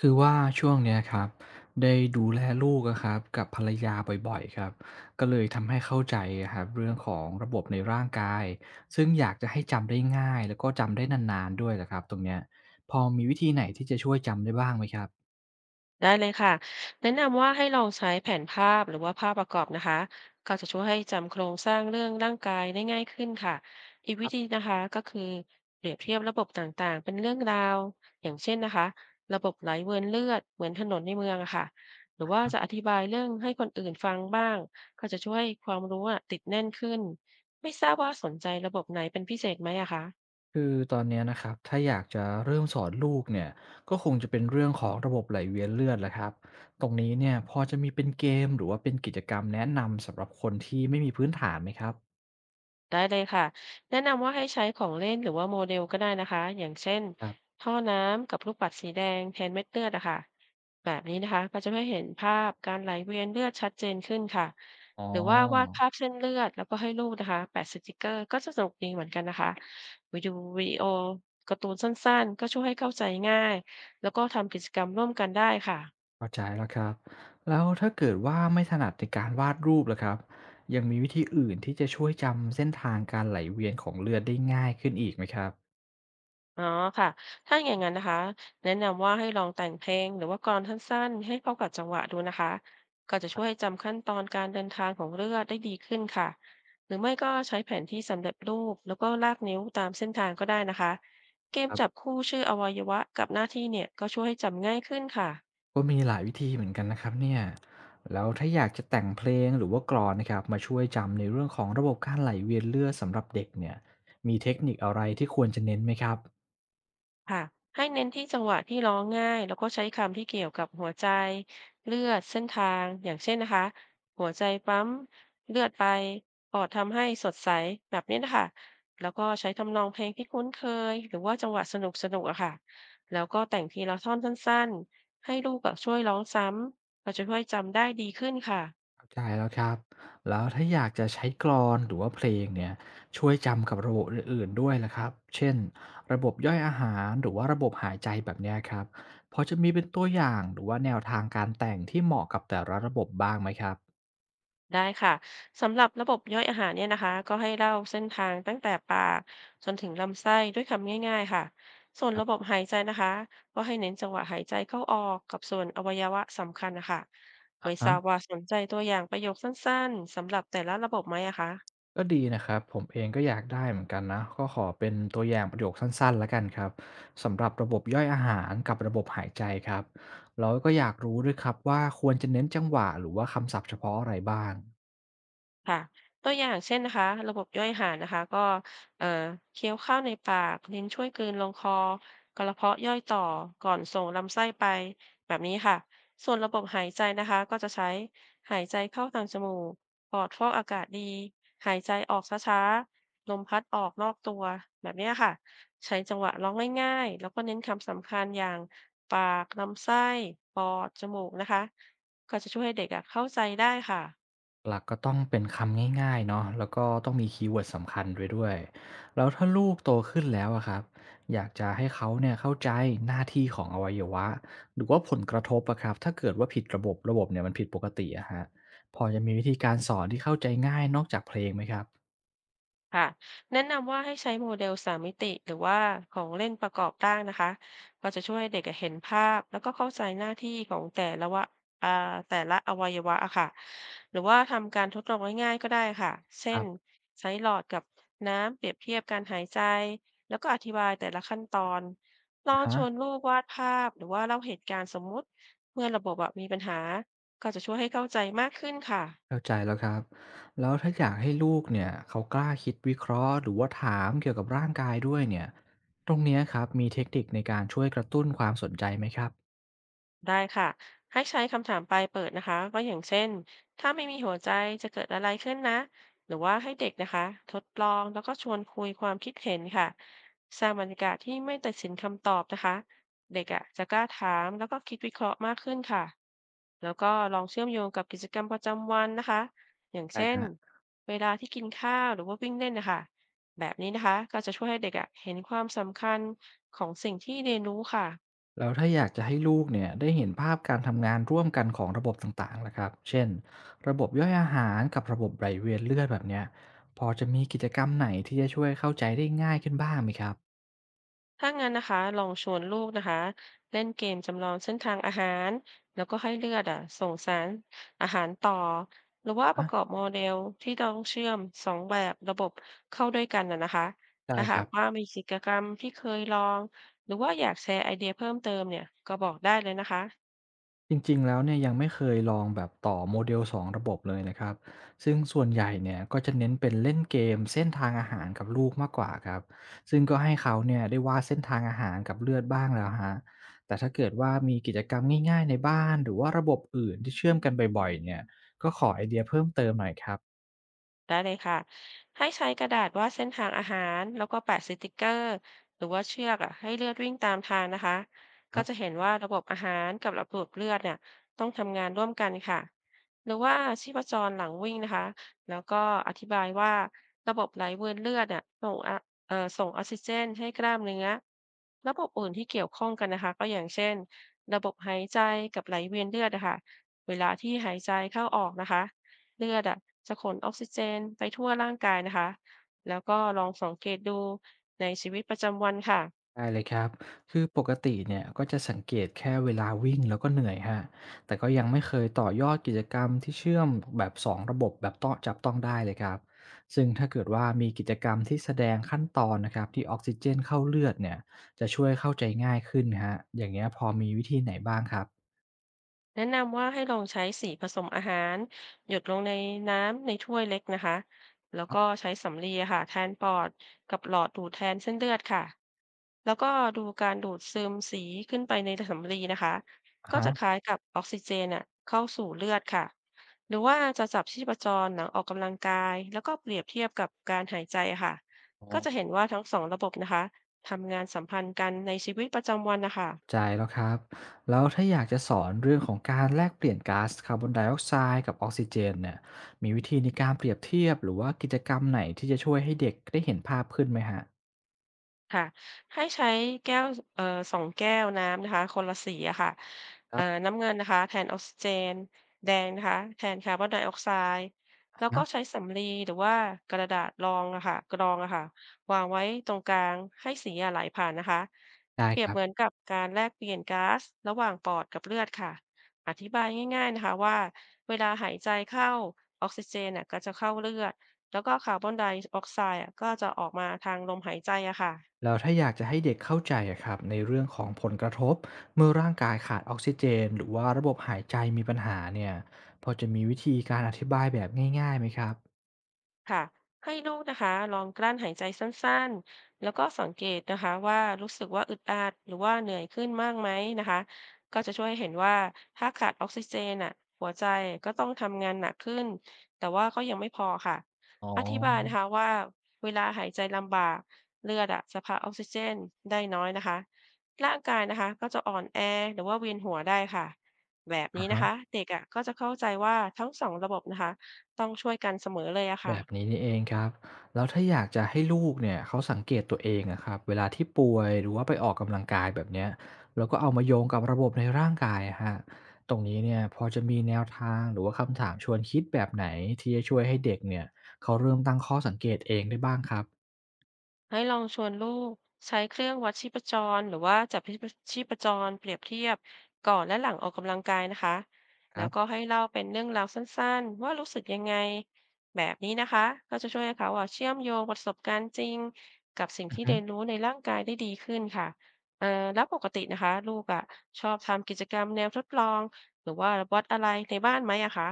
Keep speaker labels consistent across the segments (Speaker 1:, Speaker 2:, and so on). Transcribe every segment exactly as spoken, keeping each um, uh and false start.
Speaker 1: คือว่าช่วงเนี้ยครับได้ดูแลลูกอะครับกับภรรยาบ่อยๆครับก็เลยทำให้เข้าใจอะครับเรื่องของระบบในร่างกายซึ่งอยากจะให้จำได้ง่ายแล้วก็จำได้นานๆด้วยแหละครับตรงเนี้ยพอมีวิธีไหนที่จะช่วยจำได้บ้างไหมครับ
Speaker 2: ได้เลยค่ะแนะนำว่าให้ลองใช้แผนภาพหรือว่าภาพประกอบนะคะ ก็จะช่วยให้จำโครงสร้างเรื่องร่างกายได้ง่ายขึ้นค่ะอีกวิธีนะคะก็คือเปรียบเทียบระบบต่างๆเป็นเรื่องราวอย่างเช่นนะคะระบบไหลเวียนเลือดเหมือนถนนในเมืองอะค่ะหรือว่าจะอธิบายเรื่องให้คนอื่นฟังบ้างก็จะช่วยความรู้อะติดแน่นขึ้น ไม่ทราบว่าสนใจระบบไหนเป็นพิเศษไหมอะคะ
Speaker 1: คือตอนเนี้ยนะครับถ้าอยากจะเริ่มสอนลูกเนี่ยก็คงจะเป็นเรื่องของระบบไหลเวียนเลือดแหละครับตรงนี้เนี่ยพอจะมีเป็นเกมหรือว่าเป็นกิจกรรมแนะนำสำหรับคนที่ไม่มีพื้นฐานไหมครับ
Speaker 2: ได้เลยค่ะแนะนำว่าให้ใช้ของเล่นหรือว่าโมเดลก็ได้นะคะอย่างเช่น
Speaker 1: ครับ
Speaker 2: ท่อน้ำกับลูกปัดสีแดงแทนเม็ดเลือดอะค่ะแบบนี้นะคะก็จะให้เห็นภาพการไหลเวียนเลือดชัดเจนขึ้นค่ะ
Speaker 1: อ๋
Speaker 2: หรือว่าวาด
Speaker 1: อ
Speaker 2: ภาพเส้นเลือดแล้วก็ให้ลูกนะคะแปะสติกเกอร์ก็จะสนุกดีเหมือนกันนะคะวิดีโอวิดีโอการ์ตูนสั้นๆก็ช่วยให้เข้าใจง่ายแล้วก็ทำกิจกรรมร่วมกันได้ค่ะ
Speaker 1: เข้าใจแล้วครับแล้วถ้าเกิดว่าไม่ถนัดในการวาดรูปล่ะครับยังมีวิธีอื่นที่จะช่วยจำเส้นทางการไหลเวียนของเลือดได้ง่ายขึ้นอีกไหมครับ
Speaker 2: อ๋อค่ะถ้าอย่างนั้นนะคะแนะนำว่าให้ลองแต่งเพลงหรือว่ากลอนสั้นๆให้เข้ากับจังหวะดูนะคะก็จะช่วยจำขั้นตอนการเดินทางของเรือได้ดีขึ้นค่ะหรือไม่ก็ใช้แผนที่สำเร็จรูปแล้วก็ลากนิ้วตามเส้นทางก็ได้นะคะเกม
Speaker 1: ครั
Speaker 2: จับ
Speaker 1: บ
Speaker 2: คู่ชื่ออวัยวะกับหน้าที่เนี่ยก็ช่วยให้จำง่ายขึ้นค่ะ
Speaker 1: ก็มีหลายวิธีเหมือนกันนะครับเนี่ยแล้วถ้าอยากจะแต่งเพลงหรือว่ากลอนนะครับมาช่วยจำในเรื่องของระบบการไหลเวียนเลือดสำหรับเด็กเนี่ยมีเทคนิคอะไรที่ควรจะเน้นไหมครับ
Speaker 2: ค่ะให้เน้นที่จังหวะที่ร้องง่ายแล้วก็ใช้คำที่เกี่ยวกับหัวใจเลือดเส้นทางอย่างเช่นนะคะหัวใจปั๊มเลือดไปปอดทำให้สดใสแบบนี้นะคะแล้วก็ใช้ทำนองเพลงที่คุ้นเคยหรือว่าจังหวะสนุกสนุกอะค่ะแล้วก็แต่งทีละท่อนสั้นๆให้ลูกกับช่วยร้องซ้ำก็จะช่วยจำได้ดีขึ้นค่ะ
Speaker 1: เข้าใจแล้วครับ แล้วถ้าอยากจะใช้กลอนหรือว่าเพลงเนี่ยช่วยจำกับระบบอื่นๆด้วยล่ะครับเช่นระบบย่อยอาหารหรือว่าระบบหายใจแบบเนี้ยครับพอจะมีเป็นตัวอย่างหรือว่าแนวทางการแต่งที่เหมาะกับแต่ละระบบบ้างไหมครับ
Speaker 2: ได้ค่ะสำหรับระบบย่อยอาหารเนี่ยนะคะก็ให้เล่าเส้นทางตั้งแต่ปากจนถึงลำไส้ด้วยคำง่ายๆค่ะส่วน
Speaker 1: ครั
Speaker 2: ระบบ
Speaker 1: บ
Speaker 2: หายใจนะคะก็ให้เน้นจังหวะหายใจเข้าออกกับส่วนอวัยวะสำคัญนะคะ
Speaker 1: อ่ะ
Speaker 2: ไม่ท
Speaker 1: ฮะ
Speaker 2: ราบว่าสนใจตัวอย่างประโยคสั้นๆสำหรับแต่ละระบบไหมอะคะ
Speaker 1: ก็ดีนะครับผมเองก็อยากได้เหมือนกันนะก็ขอเป็นตัวอย่างประโยคสั้นๆแล้วกันครับสำหรับระบบย่อยอาหารกับระบบหายใจครับแล้วก็อยากรู้ด้วยครับว่าควรจะเน้นจังหวะหรือว่าคำศัพท์เฉพาะอะไรบ้าง
Speaker 2: ค่ะตัวอย่างเช่นนะคะระบบย่อยอาหารนะคะก็เอ่อเคี้ยวข้าวในปากลิ้นช่วยกลืนลงคอกระเพาะย่อยต่อก่อนส่งลำไส้ไปแบบนี้ค่ะส่วนระบบหายใจนะคะก็จะใช้หายใจเข้าทางจมูกปอดฟอกอากาศดีหายใจออกช้าๆลมพัดออกนอกตัวแบบเนี้ยค่ะใช้จังหวะร้องง่ายๆแล้วก็เน้นคำสำคัญอย่างปากลำไส้ปอดจมูกนะคะก็จะช่วยให้เด็กอะเข้าใจได้ค่ะ
Speaker 1: หลักก็ต้องเป็นคำง่ายๆเนาะแล้วก็ต้องมีคีย์เวิร์ดสำคัญด้วยด้วยแล้วถ้าลูกโตขึ้นแล้วอะครับอยากจะให้เขาเนี่ยเข้าใจหน้าที่ของอวัยวะหรือว่าผลกระทบอะครับถ้าเกิดว่าผิดระบบระบบเนี่ยมันผิดปกติอะฮะพอจะมีวิธีการสอนที่เข้าใจง่ายนอกจากเพลงไหมครับ
Speaker 2: ค่ะแนะนำว่าให้ใช้โมเดลสามมิติหรือว่าของเล่นประกอบร่างนะคะก็จะช่วยให้เด็กอเห็นภาพแล้วก็เข้าใจหน้าที่ของแต่ละวะอ่าแต่ละอวัยวะอะค่ะหรือว่าทำการทดลองง่ายๆก็ได้ค่ะเช่
Speaker 1: ครั
Speaker 2: น
Speaker 1: บ
Speaker 2: ใช้หลอดกับน้ำเปรียบเทียบการหายใจแล้วก็อธิบายแต่ละขั้นตอนลอ
Speaker 1: อา
Speaker 2: ง
Speaker 1: ฮะ
Speaker 2: ชวนลูกวาดภาพหรือว่าเล่าเหตุการณ์สมมุติเมื่อระบบอะมีปัญหาก็จะช่วยให้เข้าใจมากขึ้นค่ะ
Speaker 1: เข้าใจแล้วครับแล้วถ้าอยากให้ลูกเนี่ยเขากล้าคิดวิเคราะห์หรือว่าถามเกี่ยวกับร่างกายด้วยเนี่ยตรงเนี้ยครับมีเทคนิคในการช่วยกระตุ้นความสนใจไหมครับ
Speaker 2: ได้ค่ะให้ใช้คำถามปลายเปิดนะคะก็อย่างเช่นถ้าไม่มีหัวใจจะเกิดอะไรขึ้นนะหรือว่าให้เด็กนะคะทดลองแล้วก็ชวนคุยความคิดเห็นค่ะสร้างบรรยากาศที่ไม่ตัดสินคำตอบนะคะเด็กอ่ะจะกล้าถามแล้วก็คิดวิเคราะห์มากขึ้นค่ะแล้วก็ลองเชื่อมโยงกับกิจกรรมประจำวันนะคะอย่างเช่น
Speaker 1: ใช่
Speaker 2: เวลาที่กินข้าวหรือว่าวิ่งเล่นนะคะแบบนี้นะคะก็จะช่วยให้เด็กอ่ะเห็นความสำคัญของสิ่งที่เรียนรู้ค่ะ
Speaker 1: แล้วถ้าอยากจะให้ลูกเนี่ยได้เห็นภาพการทำงานร่วมกันของระบบต่างๆ ละครับ เช่น ระบบย่อยอาหารกับระบบไหลเวียนเลือดแบบเนี้ยพอจะมีกิจกรรมไหนที่จะช่วยเข้าใจได้ง่ายขึ้นบ้างไหมครับ
Speaker 2: ถ้างั้นนะคะลองชวนลูกนะคะเล่นเกมจำลองเส้นทางอาหารแล้วก็ให้เลือดอ่ะส่งสารอาหารต่อหรือว่าป
Speaker 1: อะ
Speaker 2: ระกอบโมเดลที่ต้องเชื่อมสองแบบระบบเข้าด้วยกันนะนะคะ
Speaker 1: ได้
Speaker 2: ถ้า
Speaker 1: ค
Speaker 2: หา
Speaker 1: รั
Speaker 2: กว่า
Speaker 1: บ
Speaker 2: มีกิจกรรมที่เคยลองหรือว่าอยากแชร์ไอเดียเพิ่มเติมเนี่ยก็บอกได้เลยนะคะ
Speaker 1: จริงๆแล้วเนี่ยยังไม่เคยลองแบบต่อโมเดล e องระบบเลยนะครับซึ่งส่วนใหญ่เนี่ยก็จะเน้นเป็นเล่นเกมเส้นทางอาหารกับลูกมากกว่าครับซึ่งก็ให้เขาเนี่ยได้วาดเส้นทางอาหารกับเลือดบ้างแล้วครับแต่ถ้าเกิดว่ามีกิจกรรมง่ายๆในบ้านหรือว่าระบบอื่นที่เชื่อมกันบ่อยๆเนี่ยก็ขอไอเดียเพิ่มเติมหน่อยครับ
Speaker 2: ได้เลยค่ะให้ใช้กระดาษวาดเส้นทางอาหารแล้วก็แปะสติกเกอร์หรือว่าเชือกอ่ะให้เลือดวิ่งตามทางนะคะก็จะเห็นว่าระบบอาหารกับระบบเลือดเนี่ยต้องทำงานร่วมกันค่ะหรือว่าชีพจรหลังวิ่งนะคะแล้วก็อธิบายว่าระบบไหลเวียนเลือดเนี่ยส่งอะเอ่อส่งออกซิเจนให้กล้ามเนื้อระบบอื่นที่เกี่ยวข้องกันนะคะก็อย่างเช่นระบบหายใจกับไหลเวียนเลือดนะคะเวลาที่หายใจเข้าออกนะคะ เลือดอะจะขนออกซิเจนไปทั่วร่างกายนะคะแล้วก็ลองสังเกตดูในชีวิตประจำวันค่ะ
Speaker 1: ได้เลยครับ คือปกติเนี่ยก็จะสังเกตแค่เวลาวิ่งแล้วก็เหนื่อยฮะแต่ก็ยังไม่เคยต่อยอดกิจกรรมที่เชื่อมแบบสองระบบแบบต้องจับต้องได้เลยครับ ซึ่งถ้าเกิดว่ามีกิจกรรมที่แสดงขั้นตอนนะครับที่ออกซิเจนเข้าเลือดเนี่ยจะช่วยเข้าใจง่ายขึ้นฮะอย่างเงี้ยพอมีวิธีไหนบ้างครับ
Speaker 2: แนะนำว่าให้ลองใช้สีผสมอาหารหยดลงในน้ำในถ้วยเล็กนะคะแล้วก็ใช้สำลีอะค่ะแทนปอดกับหลอดดูดแทนเส้นเลือดค่ะแล้วก็ดูการดูดซึมสีขึ้นไปในสำลีนะคะ
Speaker 1: อะ
Speaker 2: ก็
Speaker 1: ฮะ
Speaker 2: จะคล้ายกับออกซิเจนอะเข้าสู่เลือดค่ะหรือว่าจะจับชีพจรหลังออกกำลังกายแล้วก็เปรียบเทียบกับการหายใจอะค่ะก็จะเห็นว่าทั้งสองระบบนะคะทำงานสัมพันธ์กันในชีวิตประจำวันนะ
Speaker 1: ใจ
Speaker 2: คะ
Speaker 1: แล้วครับแล้วถ้าอยากจะสอนเรื่องของการแลกเปลี่ยนก๊าซคาร์บอนไดออกไซด์กับออกซิเจนเนี่ยมีวิธีในการเปรียบเทียบหรือว่ากิจกรรมไหนที่จะช่วยให้เด็กได้เห็นภาพขึ้นไหมฮะ
Speaker 2: ค่ะให้ใช้แก้วเอ่อสองแก้วน้ำนะคะคนละสีอะค่ะ
Speaker 1: ครั
Speaker 2: เอ่อ
Speaker 1: บ
Speaker 2: น้ำเงินนะคะแทนออกซิเจนแดงนะคะแทนคาร์บอนไดออกไซด์แล้วก็
Speaker 1: นะ
Speaker 2: ใช้สำลีหรือว่ากระดาษรองอะค่ะกรองอะค่ะวางไว้ตรงกลางให้สีอะไหลผ่านนะคะ
Speaker 1: ได้
Speaker 2: เปรี
Speaker 1: ค
Speaker 2: ยบ
Speaker 1: รับ
Speaker 2: เหมือนกับการแลกเปลี่ยนก๊าซระหว่างปอดกับเลือดค่ะอธิบายง่ายๆนะคะว่าเวลาหายใจเข้าออกซิเจนน่ะก็จะเข้าเลือดแล้วก็คาร์บอนไดออกไซด์อะก็จะออกมาทางลมหายใจอะค่ะ
Speaker 1: แล้วถ้าอยากจะให้เด็กเข้าใจอะครับในเรื่องของผลกระทบเมื่อร่างกายขาดออกซิเจนหรือว่าระบบหายใจมีปัญหาเนี่ยพอจะมีวิธีการอธิบายแบบง่ายๆไหมครับ
Speaker 2: ค่ะให้ลูกนะคะลองกลั้นหายใจสั้นๆแล้วก็สังเกตนะคะว่ารู้สึกว่าอึดอัดหรือว่าเหนื่อยขึ้นมากไหมนะคะก็จะช่วยเห็นว่าถ้าขาดออกซิเจนอ่ะหัวใจก็ต้องทำงานหนักขึ้นแต่ว่าก็ยังไม่พอค่ะ
Speaker 1: อ๋อ
Speaker 2: อธิบายนะคะว่าเวลาหายใจลำบากเลือดอ่ะจะพาออกซิเจนได้น้อยนะคะร่างกายนะคะก็จะอ่อนแอหรือว่าเวียนหัวได้ค่ะแบบ
Speaker 1: อะ
Speaker 2: นี้นะคะ
Speaker 1: ฮะ
Speaker 2: เด็กอ่ะก็จะเข้าใจว่าทั้งสองระบบนะคะต้องช่วยกันเสมอเลยอะ
Speaker 1: แบบนี้
Speaker 2: ค่ะ
Speaker 1: นี่เองครับแล้วถ้าอยากจะให้ลูกเนี่ยเขาสังเกตตัวเองนะครับเวลาที่ป่วยหรือว่าไปออกกำลังกายแบบเนี้ยแล้วก็เอามาโยงกับระบบในร่างกายอะฮะตรงนี้เนี่ยพอจะมีแนวทางหรือว่าคำถามชวนคิดแบบไหนที่จะช่วยให้เด็กเนี่ยเขาเริ่มตั้งข้อสังเกตเองได้บ้างครับ
Speaker 2: ให้ลองชวนลูกใช้เครื่องวัดชีพจรหรือว่าจับชีพชีพจรเปรียบเทียบก่อนและหลังออกกำลังกายนะคะ
Speaker 1: ค
Speaker 2: แล้
Speaker 1: รั
Speaker 2: วก็
Speaker 1: บ
Speaker 2: ให้เล่าเป็นเรื่องราวสั้นๆว่ารู้สึกยังไงแบบนี้นะคะก็จะช่วยให้เขาอะเชื่อมโยงประสบการณ์จริงกับสิ่ง
Speaker 1: อือ
Speaker 2: ที่
Speaker 1: ฮึ
Speaker 2: เรียนรู้ในร่างกายได้ดีขึ้นค่ะเอ่อแล้วปกตินะคะลูกอ่ะชอบทำกิจกรรมแนวทดลองหรือว่าวัดอะไรในบ้านไหมอะคะ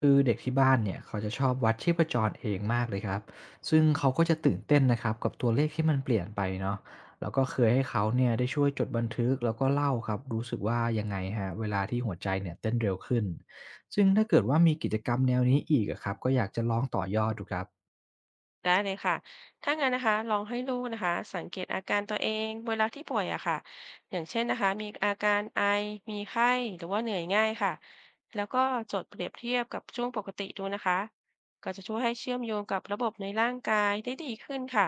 Speaker 1: คือเด็กที่บ้านเนี่ยเขาจะชอบวัดชีพจรเองมากเลยครับซึ่งเขาก็จะตื่นเต้นนะครับกับตัวเลขที่มันเปลี่ยนไปเนาะแล้วก็เคยให้เขาเนี่ยได้ช่วยจดบันทึกแล้วก็เล่าครับรู้สึกว่ายังไงฮะเวลาที่หัวใจเนี่ยเต้นเร็วขึ้นซึ่งถ้าเกิดว่ามีกิจกรรมแนวนี้อีกอะครับก็อยากจะลองต่อยอดดูครับ
Speaker 2: ได้เลยค่ะถ้างั้นนะคะลองให้ลูกนะคะสังเกตอาการตัวเองเวลาที่ป่วยอะค่ะอย่างเช่นนะคะมีอาการไอมีไข้หรือว่าเหนื่อยง่ายค่ะแล้วก็จดเปรียบเทียบกับช่วงปกติดูนะคะก็จะช่วยให้เชื่อมโยงกับระบบในร่างกายได้ดีขึ้นค่ะ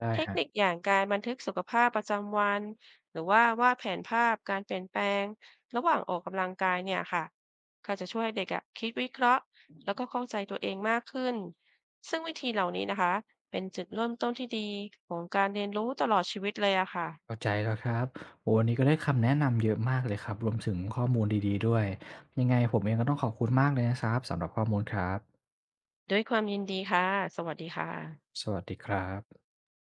Speaker 1: ได้
Speaker 2: เทค
Speaker 1: ฮะ
Speaker 2: นิคอย่างการบันทึกสุขภาพประจำวันหรือว่าวาดแผนภาพการเปลี่ยนแปลงระหว่างออกกำลังกายเนี่ยค่ะก็จะช่วยให้เด็กอะคิดวิเคราะห์แล้วก็เข้าใจตัวเองมากขึ้น ซึ่งวิธีเหล่านี้นะคะเป็นจุดเริ่มต้นที่ดีของการเรียนรู้ตลอดชีวิตเลยอะค่ะ
Speaker 1: เข้าใจแล้วครับโอ้วันนี้ก็ได้คำแนะนำเยอะมากเลยครับรวมถึงข้อมูลดีๆด้วยยังไงผมเองก็ต้องขอบคุณมากเลยนะครับสำหรับข้อมูลครับ
Speaker 2: ด้วยความยินดีค่ะสวัสดีค่ะ
Speaker 1: สวัสดีครับ